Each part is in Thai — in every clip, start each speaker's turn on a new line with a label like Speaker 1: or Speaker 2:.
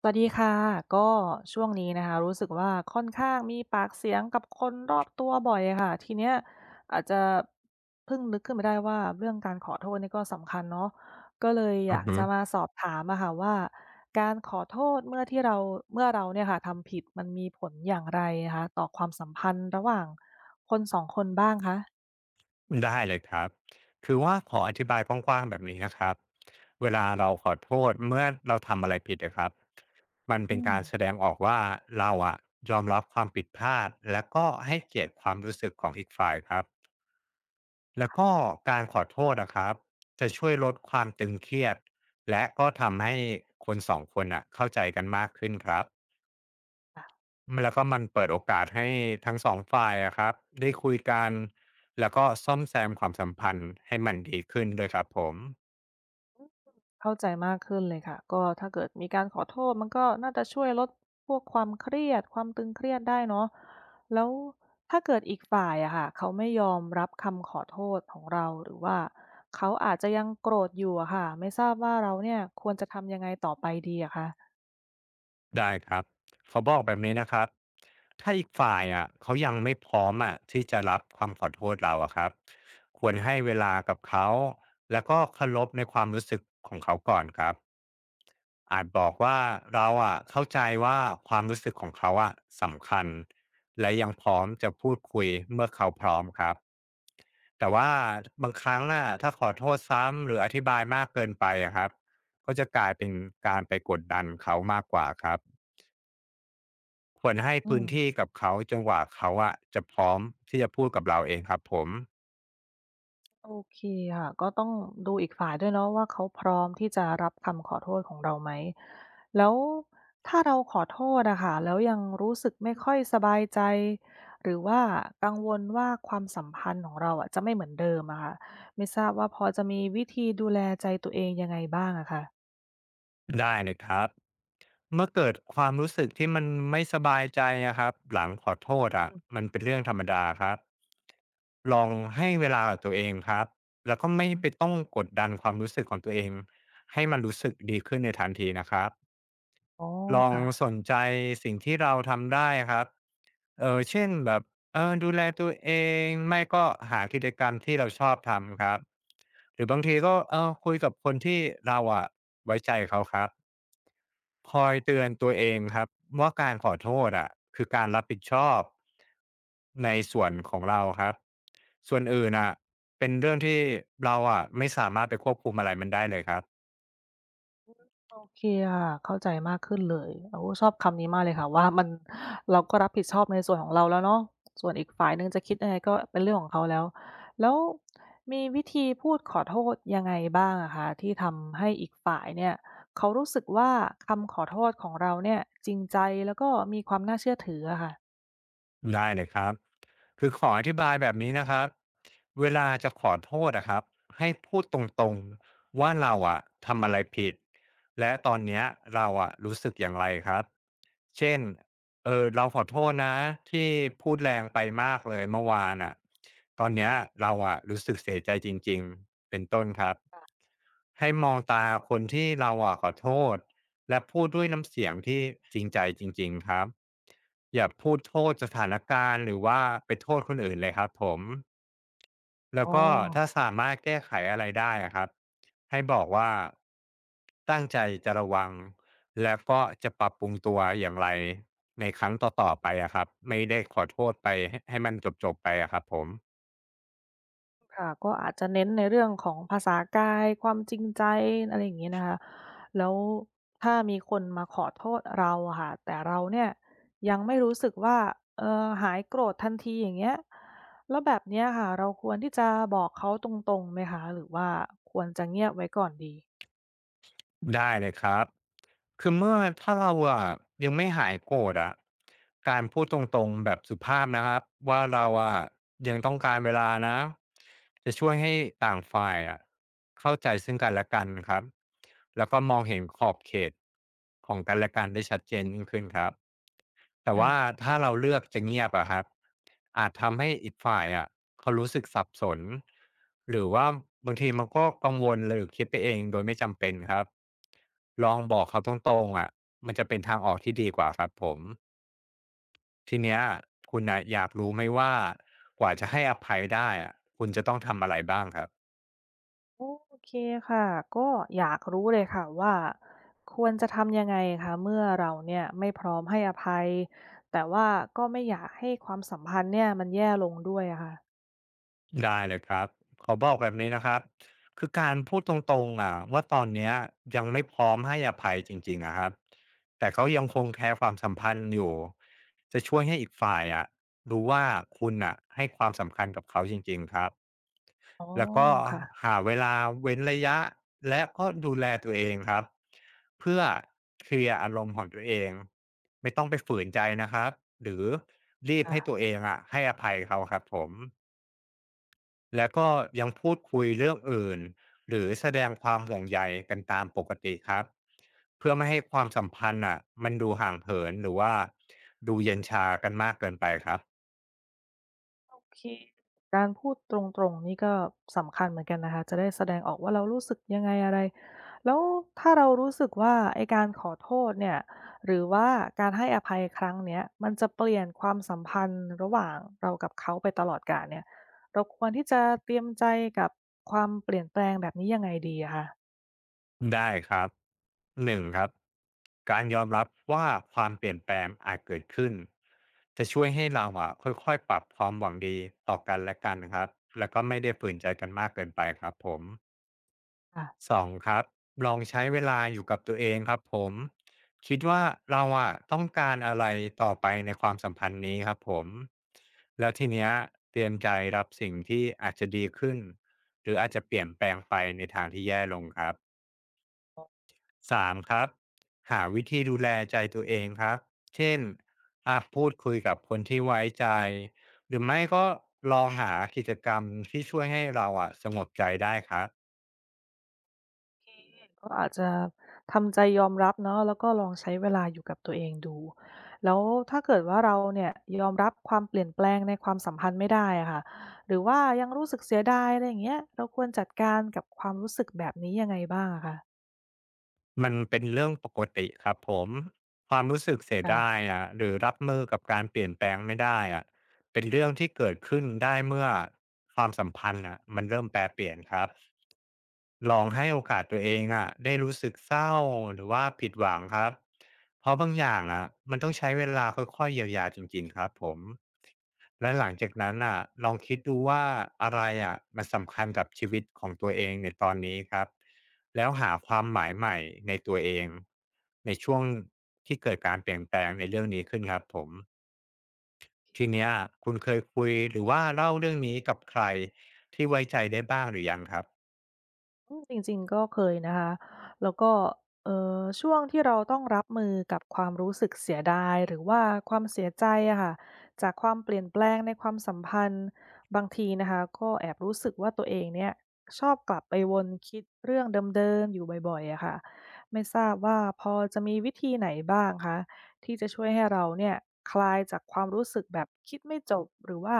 Speaker 1: สวัสดีค่ะก็ช่วงนี้นะคะรู้สึกว่าค่อนข้างมีปากเสียงกับคนรอบตัวบ่อยอะค่ะทีเนี้ยอาจจะเพิ่งนึกขึ้นมาได้ว่าเรื่องการขอโทษนี่ก็สำคัญเนาะก็เลยอ
Speaker 2: อือ
Speaker 1: ยาก
Speaker 2: ฮึ
Speaker 1: จะมาสอบถามอะค่ะว่าการขอโทษเมื่อเราเนี่ยค่ะทำผิดมันมีผลอย่างไรนะคะต่อความสัมพันธ์ระหว่างคน2คนบ้างคะ
Speaker 2: ได้เลยครับ คือว่าขออธิบายกว้างๆแบบนี้นะครับ เวลาเราขอโทษเมื่อเราทำอะไรผิดนะครับ มันเป็
Speaker 1: อื
Speaker 2: น
Speaker 1: ม
Speaker 2: การแสดงออกว่าเราอะยอมรับความผิดพลาดแล้วก็ให้เกียรติความรู้สึกของอีกฝ่ายครับแล้วก็การขอโทษนะครับจะช่วยลดความตึงเครียดและก็ทำให้คนสองคนอะเข้าใจกันมากขึ้นครับ แล้วก็มันเปิดโอกาสให้ทั้งสองฝ่ายอะครับได้คุยกันแล้วก็ซ่อมแซมความสัมพันธ์ให้มันดีขึ้นด้วยครับผม
Speaker 1: เข้าใจมากขึ้นเลยค่ะก็ถ้าเกิดมีการขอโทษมันก็น่าจะช่วยลดพวกความเครียดความตึงเครียดได้เนาะแล้วถ้าเกิดอีกฝ่ายอะค่ะเขาไม่ยอมรับคำขอโทษของเราหรือว่าเขาอาจจะยังโกรธอยู่อะค่ะไม่ทราบว่าเราเนี่ยควรจะทำยังไงต่อไปดีอะคะ
Speaker 2: ได้ครับเขาบอกแบบนี้นะครับถ้าอีกฝ่ายอ่ะเขายังไม่พร้อมอ่ะที่จะรับความขอโทษเราอะครับควรให้เวลากับเขาแล้วก็เคารพในความรู้สึกของเขาก่อนครับอาจบอกว่าเราอ่ะเข้าใจว่าความรู้สึกของเขาอ่ะสำคัญและยังพร้อมจะพูดคุยเมื่อเขาพร้อมครับแต่ว่าบางครั้งอ่ะถ้าขอโทษซ้ำหรืออธิบายมากเกินไปอะครับก็จะกลายเป็นการไปกดดันเขามากกว่าครับ ควรให้
Speaker 1: อื
Speaker 2: พื้
Speaker 1: ม
Speaker 2: นที่กับเขาจนกว่าเขาอะจะพร้อมที่จะพูดกับเราเองครับผม
Speaker 1: โอเคค่ะก็ต้องดูอีกฝ่ายด้วยเนาะว่าเขาพร้อมที่จะรับคำขอโทษของเราไหมแล้วถ้าเราขอโทษอะค่ะแล้วยังรู้สึกไม่ค่อยสบายใจหรือว่ากังวลว่าความสัมพันธ์ของเราอะจะไม่เหมือนเดิมอะค่ะไม่ทราบว่าพอจะมีวิธีดูแลใจตัวเองยังไงบ้างอะคะ
Speaker 2: ได้เลยครับเมื่อเกิดความรู้สึกที่มันไม่สบายใจนะครับหลังขอโทษอะ
Speaker 1: อืม
Speaker 2: มันเป็นเรื่องธรรมดาครับลองให้เวลากับตัวเองครับแล้วก็ไม่ไปต้องกดดันความรู้สึกของตัวเองให้มันรู้สึกดีขึ้นในทันทีนะครับ
Speaker 1: อ๋อ
Speaker 2: ลอง
Speaker 1: ค่ะ
Speaker 2: สนใจสิ่งที่เราทำได้ครับเช่นแบบดูแลตัวเอง ไม่ก็หากิจกรรมที่เราชอบทำครับหรือบางทีก็คุยกับคนที่เราอะไว้ใจเขาครับคอยเตือนตัวเองครับว่าการขอโทษอะคือการรับผิดชอบในส่วนของเราครับส่วนอื่นอ่ะเป็นเรื่องที่เราอะไม่สามารถไปควบคุมอะไรมันได้เลยครับ
Speaker 1: โอเคค่ะเข้าใจมากขึ้นเลยโอ้ชอบคำนี้มากเลยค่ะว่ามันเราก็รับผิดชอบในส่วนของเราแล้วเนาะส่วนอีกฝ่ายหนึ่งจะคิดยังไงก็เป็นเรื่องของเขาแล้วแล้วมีวิธีพูดขอโทษยังไงบ้างอะคะที่ทำให้อีกฝ่ายเนี่ยเขารู้สึกว่าคำขอโทษของเราเนี่ยจริงใจแล้วก็มีความน่าเชื่อถืออะค่ะ
Speaker 2: ได้เลยครับคือขออธิบายแบบนี้นะครับเวลาจะขอโทษนะครับให้พูดตรงๆว่าเราอะทำอะไรผิดและตอนเนี้ยเราอะรู้สึกอย่างไรครับเช่น เราขอโทษนะที่พูดแรงไปมากเลยเมื่อวานอ่ะตอนเนี้ยเราอ่ะรู้สึกเสียใจจริงๆเป็นต้นครับให้มองตาคนที่เราอ่ะขอโทษและพูดด้วยน้ำเสียงที่จริงใจจริงๆครับอย่าพูดโทษสถานการณ์หรือว่าไปโทษคนอื่นเลยครับผมแล้
Speaker 1: อ๋
Speaker 2: ว
Speaker 1: อ
Speaker 2: ก็ถ้าสามารถแก้ไขอะไรได้อะครับให้บอกว่าตั้งใจจะระวัง แล้วก็จะปรับปรุงตัวอย่างไรในครั้งต่อๆไปอะครับไม่ได้ขอโทษไปให้มันจบๆไปอะครับผม
Speaker 1: ค่ะก็อาจจะเน้นในเรื่องของภาษากายความจริงใจอะไรอย่างงี้นะคะแล้วถ้ามีคนมาขอโทษเราอะค่ะแต่เราเนี่ยยังไม่รู้สึกว่าหายโกรธทันทีอย่างเงี้ยแล้วแบบเนี้ยค่ะเราควรที่จะบอกเขาตรงๆไหมคะหรือว่าควรจะเงียบไว้ก่อนดี
Speaker 2: ได้เลยครับคือเมื่อถ้าเราอะยังไม่หายโกรธอะการพูดตรงๆแบบสุภาพนะครับว่าเราอะยังต้องการเวลานะจะช่วยให้ต่างฝ่ายอะเข้าใจซึ่งกันและกันครับแล้วก็มองเห็นขอบเขตของกันและกันได้ชัดเจนยิ่งขึ้นครับ แต่ว่า
Speaker 1: ค่ะ
Speaker 2: ถ้าเราเลือกจะเงียบอะครับอาจทำให้อีกฝ่ายอะเขารู้สึกสับสนหรือว่าบางทีมันก็กังวลหรือคิดไปเองโดยไม่จำเป็นครับลองบอกเขาตรงๆอะมันจะเป็นทางออกที่ดีกว่าครับผมทีเนี้ยคุณนะอยากรู้ไหมว่ากว่าจะให้อภัยได้อะคุณจะต้องทำอะไรบ้างครับ
Speaker 1: โอเคค่ะก็อยากรู้เลยค่ะว่าควรจะทำยังไงคะเมื่อเราเนี่ยไม่พร้อมให้อภัยแต่ว่าก็ไม่อยากให้ความสัมพันธ์เนี่ยมันแย่ลงด้วยอะค่ะ
Speaker 2: ได้เลยครับขอบอกแบบนี้นะครับคือการพูดตรงๆอ่ะว่าตอนเนี้ยยังไม่พร้อมให้อภัยจริงๆอะครับแต่เขายังคงแคร์ความสัมพันธ์อยู่จะช่วยให้อีกฝ่ายอ่ะรู้ว่าคุณอ่ะให้ความสำคัญกับเขาจริงๆครับ
Speaker 1: อ๋อ
Speaker 2: แล้วก็
Speaker 1: ค่ะ
Speaker 2: หาเวลาเว้นระยะและก็ดูแลตัวเองครับเพื่อเคลียร์อารมณ์ของตัวเองไม่ต้องไปฝืนใจนะครับหรือรีบ
Speaker 1: อา
Speaker 2: ให้ตัวเองอ่ะให้อภัยเขาครับผม แล้วก็ยังพูดคุยเรื่องอื่นหรือแสดงความห่วงใยกันตามปกติครับเพื่อไม่ให้ความสัมพันธ์อ่ะมันดูห่างเหินหรือว่าดูเย็นชากันมากเกินไปครับ
Speaker 1: โอเคการพูดตรงๆนี่ก็สำคัญเหมือนกันนะคะจะได้แสดงออกว่าเรารู้สึกยังไงอะไรแล้วถ้าเรารู้สึกว่าไอ้การขอโทษเนี่ยหรือว่าการให้อภัยครั้งเนี้ยมันจะเปลี่ยนความสัมพันธ์ระหว่างเรากับเขาไปตลอดกาลเนี่ยเราควรที่จะเตรียมใจกับความเปลี่ยนแปลงแบบนี้ยังไงดีอะคะ
Speaker 2: ได้ครับหนึ่งครับการยอมรับว่าความเปลี่ยนแปลงอาจเกิดขึ้นจะช่วยให้เราอะค่อยๆปรับความหวังดีต่อกันและกันนะครับแล้วก็ไม่ได้ฝืนใจกันมากเกินไปครับผม
Speaker 1: ค่ะ
Speaker 2: 2ครับลองใช้เวลาอยู่กับตัวเองครับผมคิดว่าเราอะต้องการอะไรต่อไปในความสัมพันธ์นี้ครับผมแล้วทีเนี้ยเตรียมใจรับสิ่งที่อาจจะดีขึ้นหรืออาจจะเปลี่ยนแปลงไปในทางที่แย่ลงครับ3ครับหาวิธีดูแลใจตัวเองครับเช่นอาพูดคุยกับคนที่ไว้ใจหรือไม่ก็ลองหากิจกรรมที่ช่วยให้เราอะสงบใจได้ครับ
Speaker 1: เคก็อาจจะทำใจยอมรับเนาะแล้วก็ลองใช้เวลาอยู่กับตัวเองดูแล้วถ้าเกิดว่าเราเนี่ยยอมรับความเปลี่ยนแปลงในความสัมพันธ์ไม่ได้อะค่ะหรือว่ายังรู้สึกเสียดายอะไรอย่างเงี้ยเราควรจัดการกับความรู้สึกแบบนี้ยังไงบ้างอะคะ
Speaker 2: มันเป็นเรื่องปกติครับผมความรู้สึกเสียดาย
Speaker 1: ค่ะ
Speaker 2: อะหรือรับมือกับการเปลี่ยนแปลงไม่ได้อะเป็นเรื่องที่เกิดขึ้นได้เมื่อความสัมพันธ์อ่ะมันเริ่มแปรเปลี่ยนครับ ลองให้โอกาสตัวเองอะได้รู้สึกเศร้าหรือว่าผิดหวังครับเพราะบางอย่างอะมันต้องใช้เวลาค่อยๆเยียวยาจริงๆครับผมและหลังจากนั้นอะลองคิดดูว่าอะไรอะมันสำคัญกับชีวิตของตัวเองในตอนนี้ครับแล้วหาความหมายใหม่ในตัวเองในช่วงที่เกิดการเปลี่ยนแปลงในเรื่องนี้ขึ้นครับผมทีเนี้ยคุณเคยคุยหรือว่าเล่าเรื่องนี้กับใครที่ไว้ใจได้บ้างหรือยังครับ
Speaker 1: อืมจริงๆก็เคยนะคะแล้วก็ช่วงที่เราต้องรับมือกับความรู้สึกเสียดายหรือว่าความเสียใจอะค่ะจากความเปลี่ยนแปลงในความสัมพันธ์บางทีนะคะก็แอบรู้สึกว่าตัวเองเนี่ยชอบกลับไปวนคิดเรื่องเดิมๆอยู่บ่อยๆอะค่ะไม่ทราบว่าพอจะมีวิธีไหนบ้างคะที่จะช่วยให้เราเนี่ยคลายจากความรู้สึกแบบคิดไม่จบหรือว่า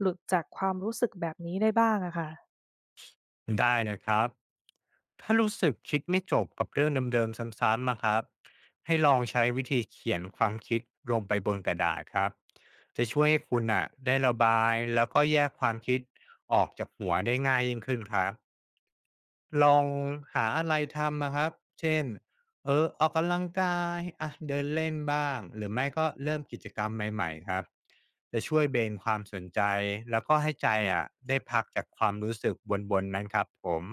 Speaker 1: หลุดจากความรู้สึกแบบนี้ได้บ้างอะค่ะ
Speaker 2: ได้นะครับถ้ารู้สึกคิดไม่จบกับเรื่องเดิมๆซ้ำๆนะครับให้ลองใช้วิธีเขียนความคิดลงไปบนกระดาษครับจะช่วยให้คุณอ่ะได้ระบายแล้วก็แยกความคิดออกจากหัวได้ง่ายยิ่งขึ้นครับ ลองหาอะไรทำนะครับเช่นออกกำลังกายอะเดินเล่นบ้าง หรือไม่ก็เริ่มกิจกรรมใหม่ๆครับจะช่วยเบนความสนใจแล้วก็ให้ใจอะได้พักจากความรู้สึกบนๆนั้นครับผม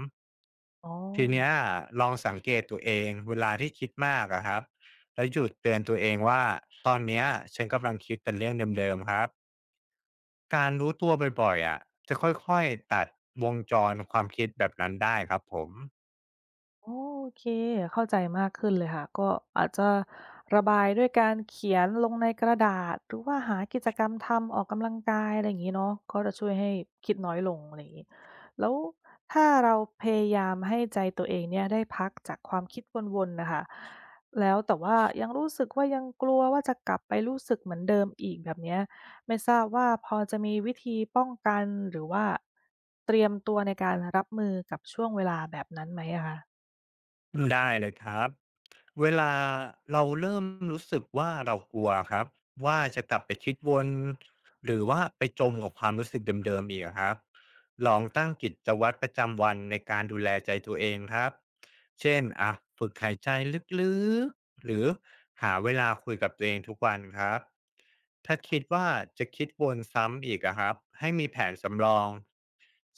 Speaker 1: อ๋อ
Speaker 2: ทีเนี้ยลองสังเกตตัวเองเวลาที่คิดมากอะครับแล้วหยุดเตือนตัวเองว่าตอนเนี้ยฉันกำลังคิดแต่เรื่องเดิมๆครับการรู้ตัวบ่อยๆอะจะค่อยๆตัดวงจรความคิดแบบนั้นได้ครับผม
Speaker 1: โอเคเข้าใจมากขึ้นเลยค่ะก็อาจจะระบายด้วยการเขียนลงในกระดาษหรือว่าหากิจกรรมทำออกกำลังกายอะไรอย่างงี้เนาะก็จะช่วยให้คิดน้อยลงอะไรอย่างงี้แล้วถ้าเราพยายามให้ใจตัวเองเนี่ยได้พักจากความคิดวนๆน่ะค่ะแล้วแต่ว่ายังรู้สึกว่ายังกลัวว่าจะกลับไปรู้สึกเหมือนเดิมอีกแบบเนี้ยไม่ทราบว่าพอจะมีวิธีป้องกันหรือว่าเตรียมตัวในการรับมือกับช่วงเวลาแบบนั้นไหมอะคะ
Speaker 2: ได้เลยครับเวลาเราเริ่มรู้สึกว่าเรากลัวครับว่าจะกลับไปคิดวนหรือว่าไปจมกับความรู้สึกเดิมๆอีกครับลองตั้งกิจวัตรประจำวันในการดูแลใจตัวเองครับเช่นอ่ะฝึกหายใจลึกๆหรือหาเวลาคุยกับตัวเองทุกวันครับถ้าคิดว่าจะคิดวนซ้ำอีกอะครับให้มีแผนสำรอง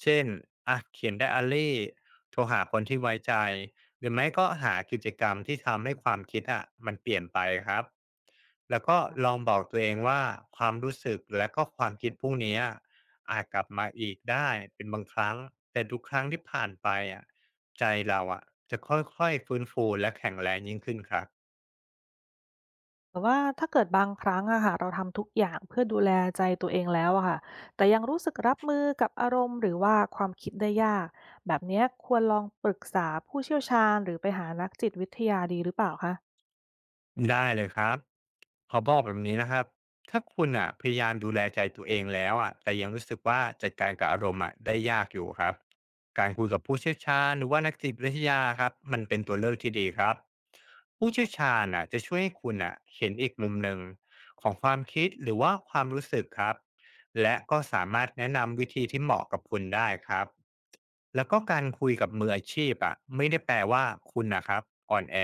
Speaker 2: เช่นอะเขียนไดอารีโทรหาคนที่ไว้ใจ หรือไม่ก็หากิจกรรมที่ทำให้ความคิดอะมันเปลี่ยนไปครับแล้วก็ลองบอกตัวเองว่าความรู้สึกและก็ความคิดพวกเนี้ยอาจกลับมาอีกได้เป็นบางครั้งแต่ทุกครั้งที่ผ่านไปอะใจเราอะจะค่อยๆฟื้นฟูและแข็งแรงยิ่งขึ้นครับ
Speaker 1: แต่ว่าถ้าเกิดบางครั้งอะค่ะเราทำทุกอย่างเพื่อดูแลใจตัวเองแล้วอะค่ะแต่ยังรู้สึกรับมือกับอารมณ์หรือว่าความคิดได้ยากแบบเนี้ยควรลองปรึกษาผู้เชี่ยวชาญหรือไปหานักจิตวิทยาดีหรือเปล่าคะ
Speaker 2: ได้เลยครับขอบอกแบบนี้นะครับถ้าคุณอ่ะพยายามดูแลใจตัวเองแล้วอ่ะแต่ยังรู้สึกว่าจัดการกับอารมณ์อ่ะได้ยากอยู่ครับการคุยกับผู้เชี่ยวชาญหรือว่านักจิตวิทยาครับมันเป็นตัวเลือกที่ดีครับผู้เชี่ยวชาญอ่ะจะช่วยให้คุณอ่ะเห็นอีกมุมหนึ่งของความคิดหรือว่าความรู้สึกครับและก็สามารถแนะนำวิธีที่เหมาะกับคุณได้ครับ แล้วก็การคุยกับมืออาชีพอะไม่ได้แปลว่าคุณนะครับอ่อนแอ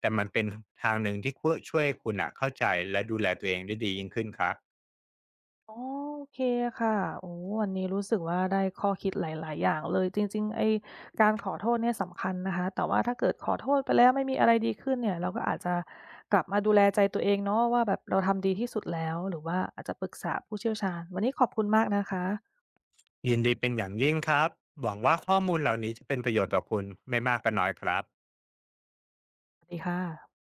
Speaker 2: แต่มันเป็นทางหนึ่งที่คื่ช่วยคุณอะเข้าใจและดูแลตัวเองได้ดียิ่งขึ้นครับ
Speaker 1: อ๋อโอเคค่ะโอ้โวันนี้รู้สึกว่าได้ข้อคิดหลาย ๆ อย่างเลย จริงๆไอ้การขอโทษเนี่ยสำคัญนะคะ แต่ว่าถ้าเกิดขอโทษไปแล้วไม่มีอะไรดีขึ้นเนี่ย เราก็อาจจะกลับมาดูแลใจตัวเองเนาะว่าแบบเราทำดีที่สุดแล้ว หรือว่าอาจจะปรึกษาผู้เชี่ยวชาญ วันนี้ขอบคุณมากนะคะ
Speaker 2: ยินดีเป็นอย่างยิ่งครับหวังว่าข้อมูลเหล่านี้จะเป็นประโยชน์ต่อคุณไม่มากก็น้อยครับ
Speaker 1: สวัสดีค่ะ